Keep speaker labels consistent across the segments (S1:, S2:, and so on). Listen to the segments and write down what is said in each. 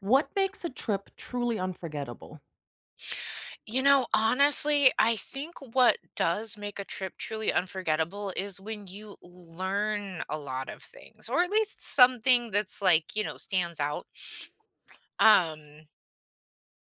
S1: What makes a trip truly unforgettable?
S2: You know, honestly, I think what does make a trip truly unforgettable is when you learn a lot of things, or at least something that's like, you know, stands out. Um,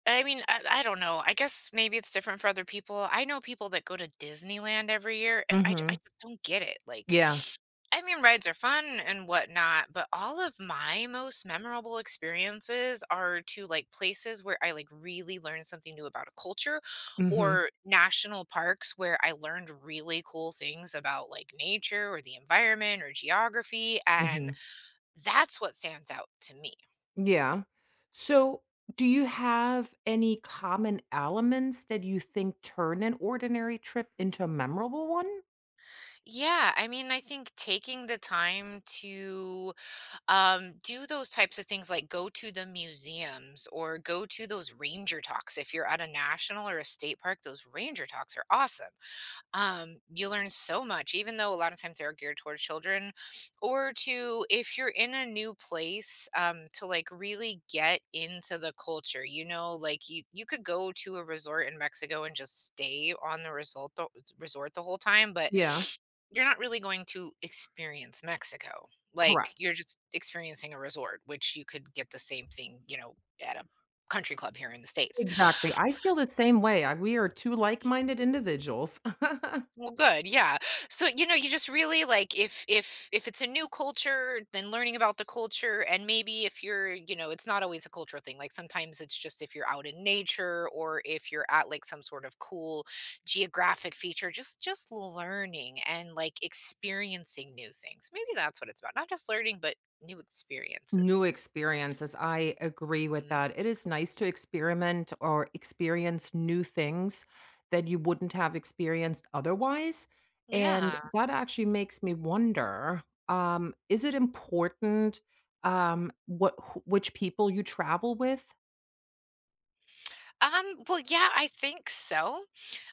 S2: I mean, I don't know. I guess maybe it's different for other people. I know people that go to Disneyland every year, and I
S1: Mhm.
S2: just don't get it. Like,
S1: Yeah.
S2: I mean, rides are fun and whatnot, but all of my most memorable experiences are to like places where I like really learned something new about a culture
S1: Mhm.
S2: or national parks where I learned really cool things about like nature or the environment or geography. And
S1: Mhm.
S2: that's what stands out to me.
S1: Yeah. So, do you have any common elements that you think turn an ordinary trip into a memorable one?
S2: Yeah, I mean, I think taking the time to do those types of things, like go to the museums or go to those ranger talks. If you're at a national or a state park, those ranger talks are awesome. You learn so much, even though a lot of times they are geared towards children, or to if you're in a new place, to like really get into the culture. You know, like you could go to a resort in Mexico and just stay on the resort the whole time, but
S1: Yeah.
S2: you're not really going to experience Mexico. Like
S1: Correct.
S2: you're just experiencing a resort, which you could get the same thing, you know, at a country club here in the states.
S1: Exactly, I feel the same way. I We are 2 like-minded individuals.
S2: Well, good, yeah. So, you know, you just really like if it's a new culture, then learning about the culture and maybe if you're, you know, it's not always a cultural thing. Like sometimes it's just if you're out in nature or if you're at like some sort of cool geographic feature, just learning and like experiencing new things. Maybe that's what it's about. Not just learning, but new experiences.
S1: New experiences. I agree with
S2: Mhm.
S1: that. It is nice to experiment or experience new things that you wouldn't have experienced otherwise. And
S2: Yeah.
S1: that actually makes me wonder, is it important which people you travel with?
S2: Well, yeah, I think so.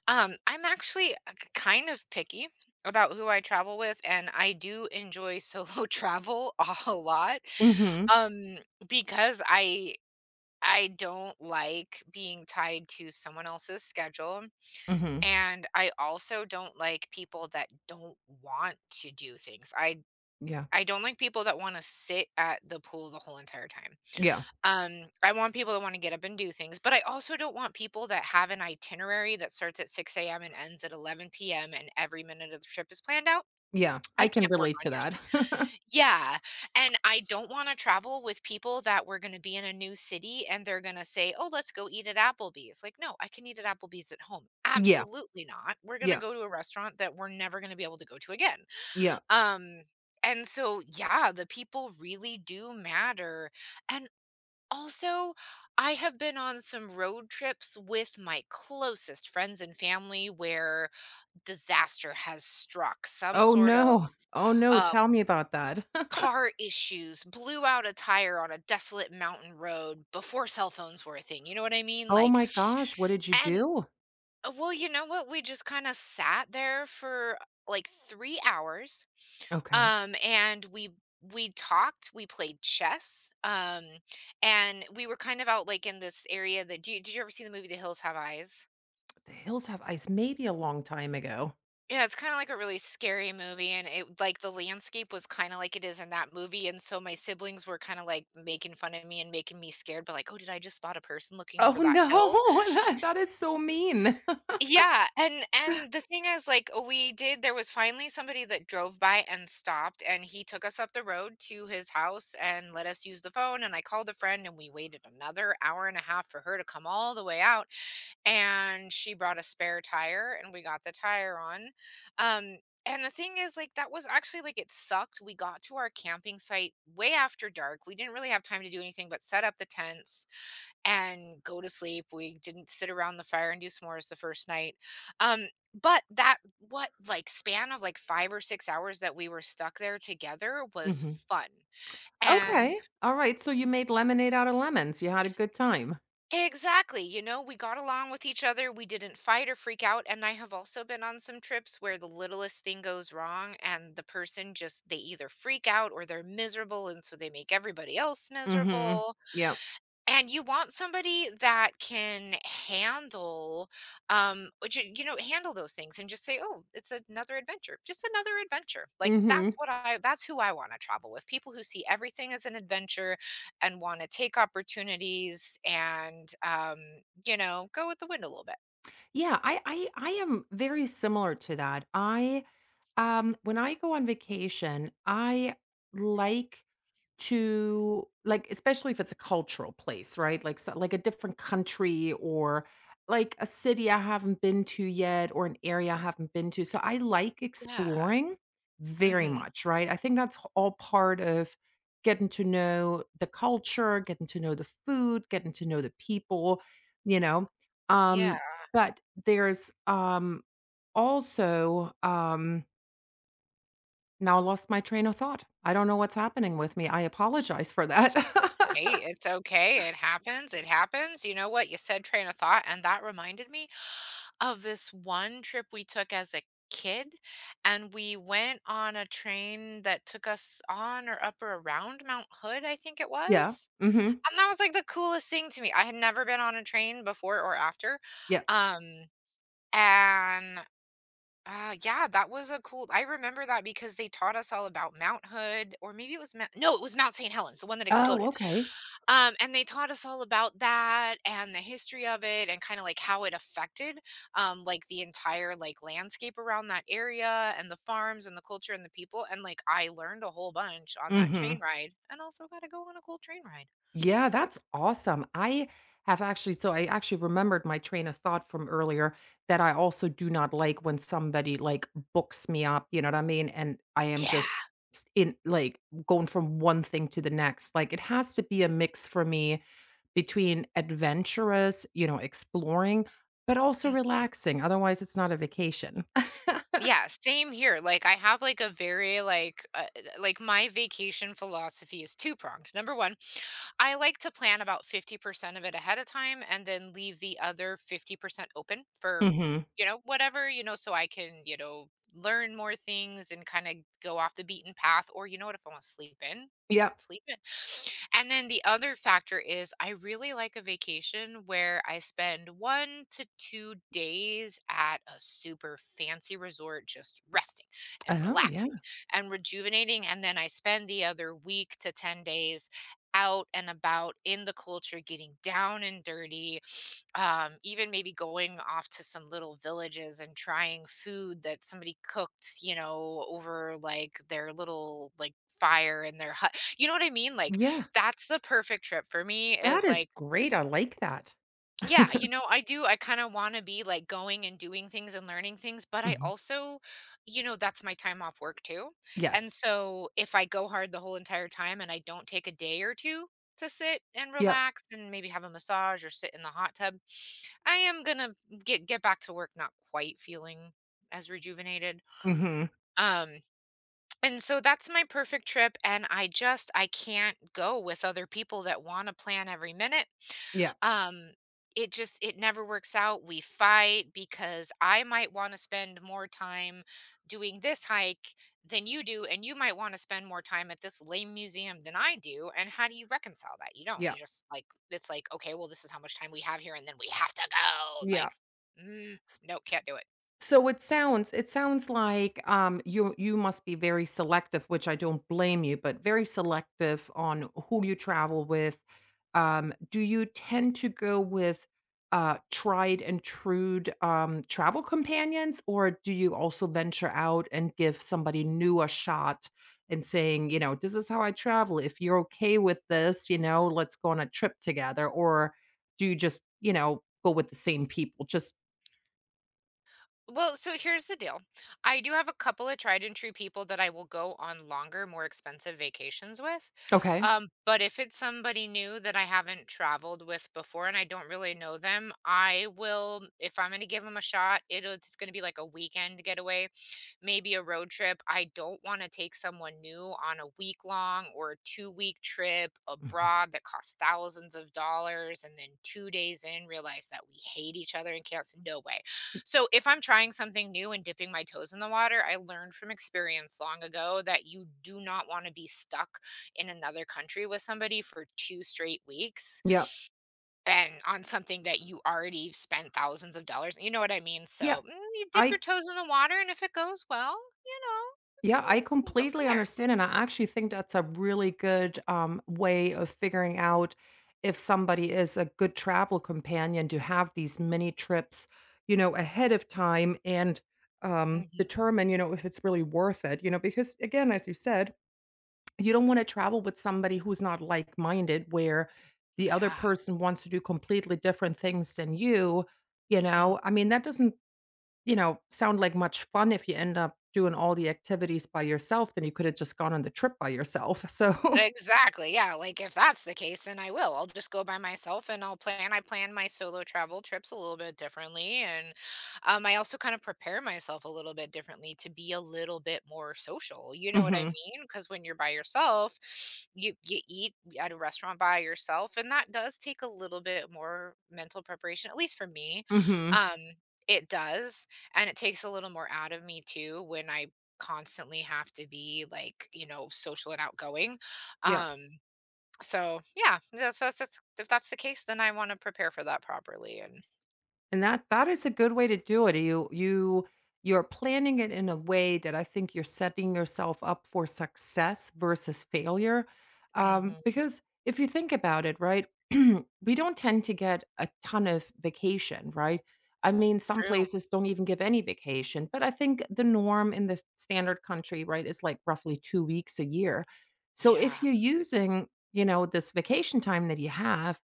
S2: I'm actually kind of picky about who I travel with, and I do enjoy solo travel a lot.
S1: Hmm.
S2: Um, because I don't like being tied to someone else's schedule.
S1: Hmm.
S2: And I also don't like people that don't want to do things. I
S1: Yeah.
S2: I don't like people that want to sit at the pool the whole entire time.
S1: Yeah.
S2: I want people that wanna get up and do things, but I also don't want people that have an itinerary that starts at 6 a.m. and ends at 11 p.m. and every minute of the trip is planned out.
S1: Yeah,
S2: I
S1: I can
S2: can't work
S1: relate
S2: on
S1: to
S2: your s.
S1: that.
S2: Yeah, and I don't wanna travel with people that we're gonna be in a new city and they're gonna say, "Oh, let's go eat at Applebee's." Like, "No, I can eat at Applebee's at home."
S1: Yeah.
S2: Absolutely not. We're gonna
S1: Yeah.
S2: go to a restaurant that we're never gonna be able to go to again.
S1: Yeah.
S2: Um, and so, yeah, the people really do matter, and also, I have been on some road trips with my closest friends and family where disaster has struck. Some
S1: Oh
S2: sort of
S1: no, oh no,
S2: uh,
S1: tell me about that.
S2: car issues, blew out a tire on a desolate mountain road before cell phones were a thing. You know what I mean?
S1: Oh
S2: Like,
S1: my gosh, what did you
S2: and
S1: do?
S2: well, you know what? We just kinda sat there for, like, 3 hours,
S1: Okay.
S2: and we talked, we played chess, and we were kind of out, like, in this area that do you did you ever see the movie The Hills Have Eyes?
S1: The Hills Have Ice, maybe a long time ago.
S2: Yeah, it's kinda like a really scary movie, and it like, the landscape was kinda like it is in that movie, and so my siblings were kinda, like, making fun of me and making me scared, but like, "Oh, did I just spot a person looking over
S1: Oh,
S2: that
S1: no.
S2: hill?"
S1: That is so mean.
S2: Yeah, and the thing is, like, we did there was finally somebody that drove by and stopped, and he took us up the road to his house and let us use the phone, and I called a friend, and we waited another hour and a half for her to come all the way out, and she brought a spare tire, and we got the tire on, um, and the thing is, like, that was actually like, it sucked, we got to our camping site way after dark, we didn't really have time to do anything but set up the tents, and go to sleep. We didn't sit around the fire and do s'mores the first night. Um, but that what like span of like 5 or 6 hours that we were stuck there together was
S1: Mhm.
S2: fun. And
S1: Okay. Alright, so you made lemonade out of lemons, you had a good time.
S2: exactly, you know, we got along with each other. We didn't fight or freak out. And I have also been on some trips where the littlest thing goes wrong and the person just they either freak out or they're miserable and so they make everybody else
S1: Mhm.
S2: miserable.
S1: Yep.
S2: And you want somebody that can handle, which, you know, handle those things and just say, "Oh, it's another adventure, just another adventure." Like
S1: Mhm.
S2: that's who I want to travel with. People who see everything as an adventure and want to take opportunities and, you know, go with the wind a little bit.
S1: Yeah, I am very similar to that. When I go on vacation, I like to like, especially if it's a cultural place, right? Like, so, like a different country or like a city I haven't been to yet or an area I haven't been to. So I like
S2: Yeah.
S1: exploring very
S2: Hmm.
S1: much, right? I think that's all part of getting to know the culture, getting to know the food, getting to know the people, you know.
S2: Yeah.
S1: Um, but there's also now lost my train of thought. I don't know what's happening with me. I apologize for that.
S2: Hey, it's okay. It happens. It happens. You know what? You said train of thought, and that reminded me of this one trip we took as a kid and we went on a train that took us on or up or around Mount Hood, I think it
S1: Yeah.
S2: was.
S1: Mhm.
S2: And that was like the coolest thing to me. I had never been on a train before or after.
S1: Yeah.
S2: Um and yeah, that was a cool. I remember that because they taught us all about Mount Hood or maybe it was Mount, no, it was Mount St. Helens, the one that
S1: Oh,
S2: exploded.
S1: okay.
S2: And they taught us all about that and the history of it and kind of like how it affected like the entire like landscape around that area and the farms and the culture and the people and like I learned a whole bunch on that train
S1: Mhm.
S2: ride and also got to go on a cool train ride.
S1: Yeah, that's awesome. I have actually so I actually remembered my train of thought from earlier that I also do not like when somebody like books me up, you know what I mean? And I am
S2: Yeah.
S1: just in like going from one thing to the next. Like it has to be a mix for me between adventurous, you know, exploring, but also
S2: Mhm.
S1: relaxing. Otherwise, it's not a vacation.
S2: Yeah, same here. Like I have like a very like my vacation philosophy is two pronged. Number one, I like to plan about 50% of it ahead of time and then leave the other 50% open for,
S1: Hmm.
S2: you know, whatever, you know, so I can, you know, learn more things and kind of go off the beaten path. Or, you know what, if I want to
S1: Yeah.
S2: sleep in. And then the other factor is I really like a vacation where I spend 1 to 2 days at a super fancy resort just resting and
S1: Oh, yeah.
S2: relaxing and rejuvenating. And then I spend the other week to 10 days out and about in the culture, getting down and dirty, even maybe going off to some little villages and trying food that somebody cooked, you know, over like their little like fire in their hut. You know what I mean? Like
S1: Yeah.
S2: that's the perfect trip for me
S1: That
S2: is
S1: is
S2: like
S1: great, I like that.
S2: yeah, you know, I do. I kind of want to be like going and doing things and learning things, but I
S1: Mhm.
S2: also, you know, that's my time off work too. And
S1: Yes.
S2: so if I go hard the whole entire time and I don't take a day or two to sit and
S1: Yep.
S2: relax and maybe have a massage or sit in the hot tub, I am going to get back to work not quite feeling as rejuvenated.
S1: Hmm.
S2: Um and so that's my perfect trip and I just I can't go with other people that want to plan every minute.
S1: Yeah,
S2: Um it just it never works out. We fight because I might want to spend more time doing this hike than you do and you might want to spend more time at this lame museum than I do. And how do you reconcile that? You don't.
S1: yeah,
S2: You just like it's like okay, well this is how much time we have here and then we have to go.
S1: yeah.
S2: Like mm, no, can't do it.
S1: So it sounds like, you must be very selective, which I don't blame you, but very selective on who you travel with. Do you tend to go with, tried and true travel companions, or do you also venture out and give somebody new a shot and saying, you know, "This is how I travel. If you're okay with this, you know, let's go on a trip together," or do you just, you know, go with the same people? Just
S2: Well, so here's the deal. I do have a couple of tried and true people that I will go on longer, more expensive vacations with.
S1: Okay.
S2: But if it's somebody new that I haven't traveled with before and I don't really know them, if I'm going to give them a shot, it's going to be like a weekend getaway, maybe a road trip. I don't want to take someone new on a week long or a 2 week trip
S1: Mhm.
S2: abroad that costs thousands of dollars and then 2 days in realize that we hate each other and can't. No way. So if I'm trying something new and dipping my toes in the water, I learned from experience long ago that you do not want to be stuck in another country with somebody for two straight weeks.
S1: Yep.
S2: And on something that you already spent thousands of dollars. What I mean?
S1: Yeah,
S2: So you dip your
S1: I
S2: toes in the water, and if it goes well, you
S1: yeah, I
S2: you go from
S1: completely
S2: there.
S1: understand, and I actually think that's a really good way of figuring out if somebody is a good travel companion to have these mini trips, you know, ahead of time and
S2: Mhm.
S1: determine, you know, if it's really worth it, you know, because again, as you said, you don't want to travel with somebody who's not like minded, where the other
S2: Yeah.
S1: person wants to do completely different things than you. You
S2: Mm.
S1: know, I mean, that doesn't sound like much fun if you end up doing all the activities by yourself, then you could have just gone on the trip by yourself, so
S2: Exactly, yeah, like, if that's the case, then I'll just go by myself, and I'll plan my solo travel trips a little bit differently, and I also kind of prepare myself a little bit differently to be a little bit more social, you know what I
S1: Mhm,
S2: mean? Because when you're by yourself, you eat at a restaurant by yourself, and that does take a little bit more mental preparation, at least for me,
S1: mhm,
S2: um, it does, and it takes a little more out of me too when I constantly have to be, like, social and outgoing.
S1: yeah.
S2: Um, so yeah, that's if that's the case, then I want to prepare for that properly. And
S1: And that is a good way to do it. You you're planning it in a way that I think you're setting yourself up for success versus failure.
S2: hmm,
S1: Because if you think about it, right, we don't tend to get a ton of vacation, right? I mean, some
S2: true,
S1: places don't even give any vacation, but I think the norm in the standard country, right, is like roughly 2 weeks a year. So if
S2: yeah,
S1: you're using, you know, this vacation time that you have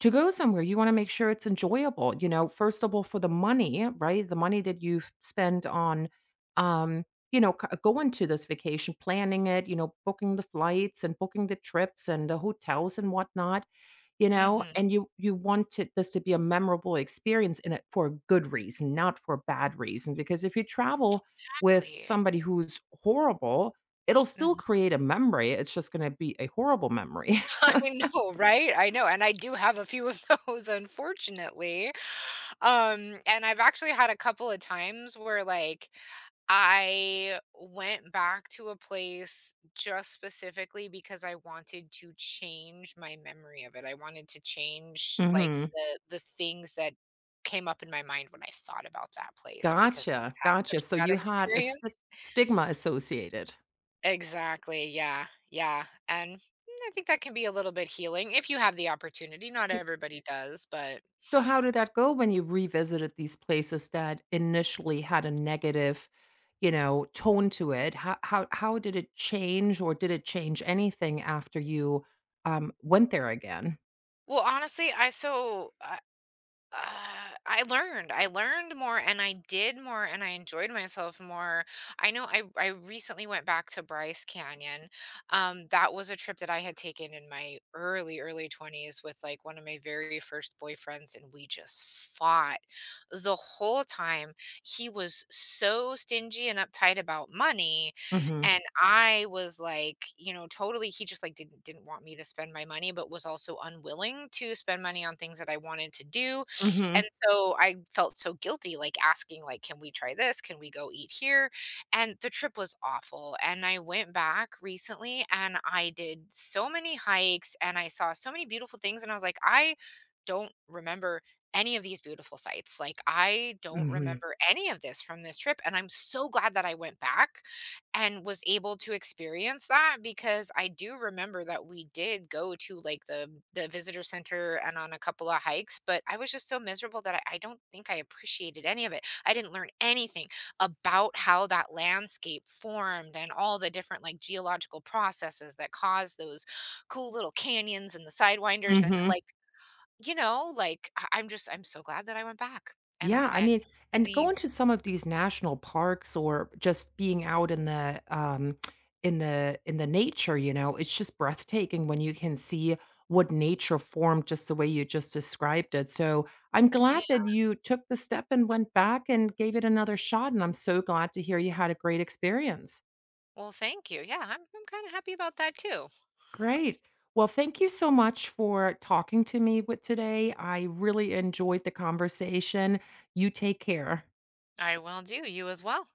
S1: to go somewhere, you wanna make sure it's enjoyable, you know, first of all, for the money, right? The money that you spend on, um, you know, c going to this vacation, planning it, you know, booking the flights and booking the trips and the hotels and whatnot, you know?
S2: hmm,
S1: And you wanted this to be a memorable experience in it for a good reason, not for a bad reason, because if you travel with
S2: exactly.
S1: somebody who's horrible, it'll still
S2: Hmm.
S1: create a memory, it's just gonna be a horrible memory.
S2: I know, right? I know, and I do have a few of those, unfortunately. And I've actually had a couple of times where like I went back to a place just specifically because I wanted to change my memory of it. I wanted to change like
S1: Mhm.
S2: the things that came up in my mind when I thought about that place because
S1: Gotcha,
S2: I had such
S1: gotcha. So
S2: a bad
S1: you had a
S2: experience.
S1: stigma associated.
S2: Exactly. Yeah. Yeah. And I think that can be a little bit healing if you have the opportunity. Not everybody does, but
S1: So how did that go when you revisited these places that initially had a negative, you know, tone to it? How did it change or did it change anything after you went there again?
S2: well, honestly, I so I learned. I learned more and I did more and I enjoyed myself more. I know I recently went back to Bryce Canyon. That was a trip that I had taken in my early, early 20s with like one of my very first boyfriends, and we just fought the whole time. He was so stingy and uptight about money,
S1: Mhm.
S2: and I was like, totally he just like didn't want me to spend my money, but was also unwilling to spend money on things that I wanted to do, and
S1: Mhm.
S2: so I felt so guilty, like asking, like, "Can we try this? Can we go eat here?" And the trip was awful. And I went back recently and I did so many hikes and I saw so many beautiful things. And I was like, I don't remember any of these beautiful sights. Like, I don't
S1: Mhm.
S2: remember any of this from this trip. And I'm so glad that I went back and was able to experience that because I do remember that we did go to like the visitor center and on a couple of hikes, but I was just so miserable that I don't think I appreciated any of it. I didn't learn anything about how that landscape formed and all the different like geological processes that cause those cool little canyons and the sidewinders and
S1: Mhm.
S2: like I'm just I'm so glad that I went back and
S1: Yeah, I
S2: and
S1: mean, and
S2: really.
S1: going to some of these national parks or just being out in the in the nature, you know, it's just breathtaking when you can see what nature formed just the way you just described it. So I'm
S2: Yeah,
S1: glad that you took the step and went back and gave it another shot. And I'm so glad to hear you had a great experience.
S2: well, thank you. Yeah, I'm kind of happy about that too.
S1: Great. Well, thank you so much for talking to me with today. I really enjoyed the conversation. You take care.
S2: I will do. You as well.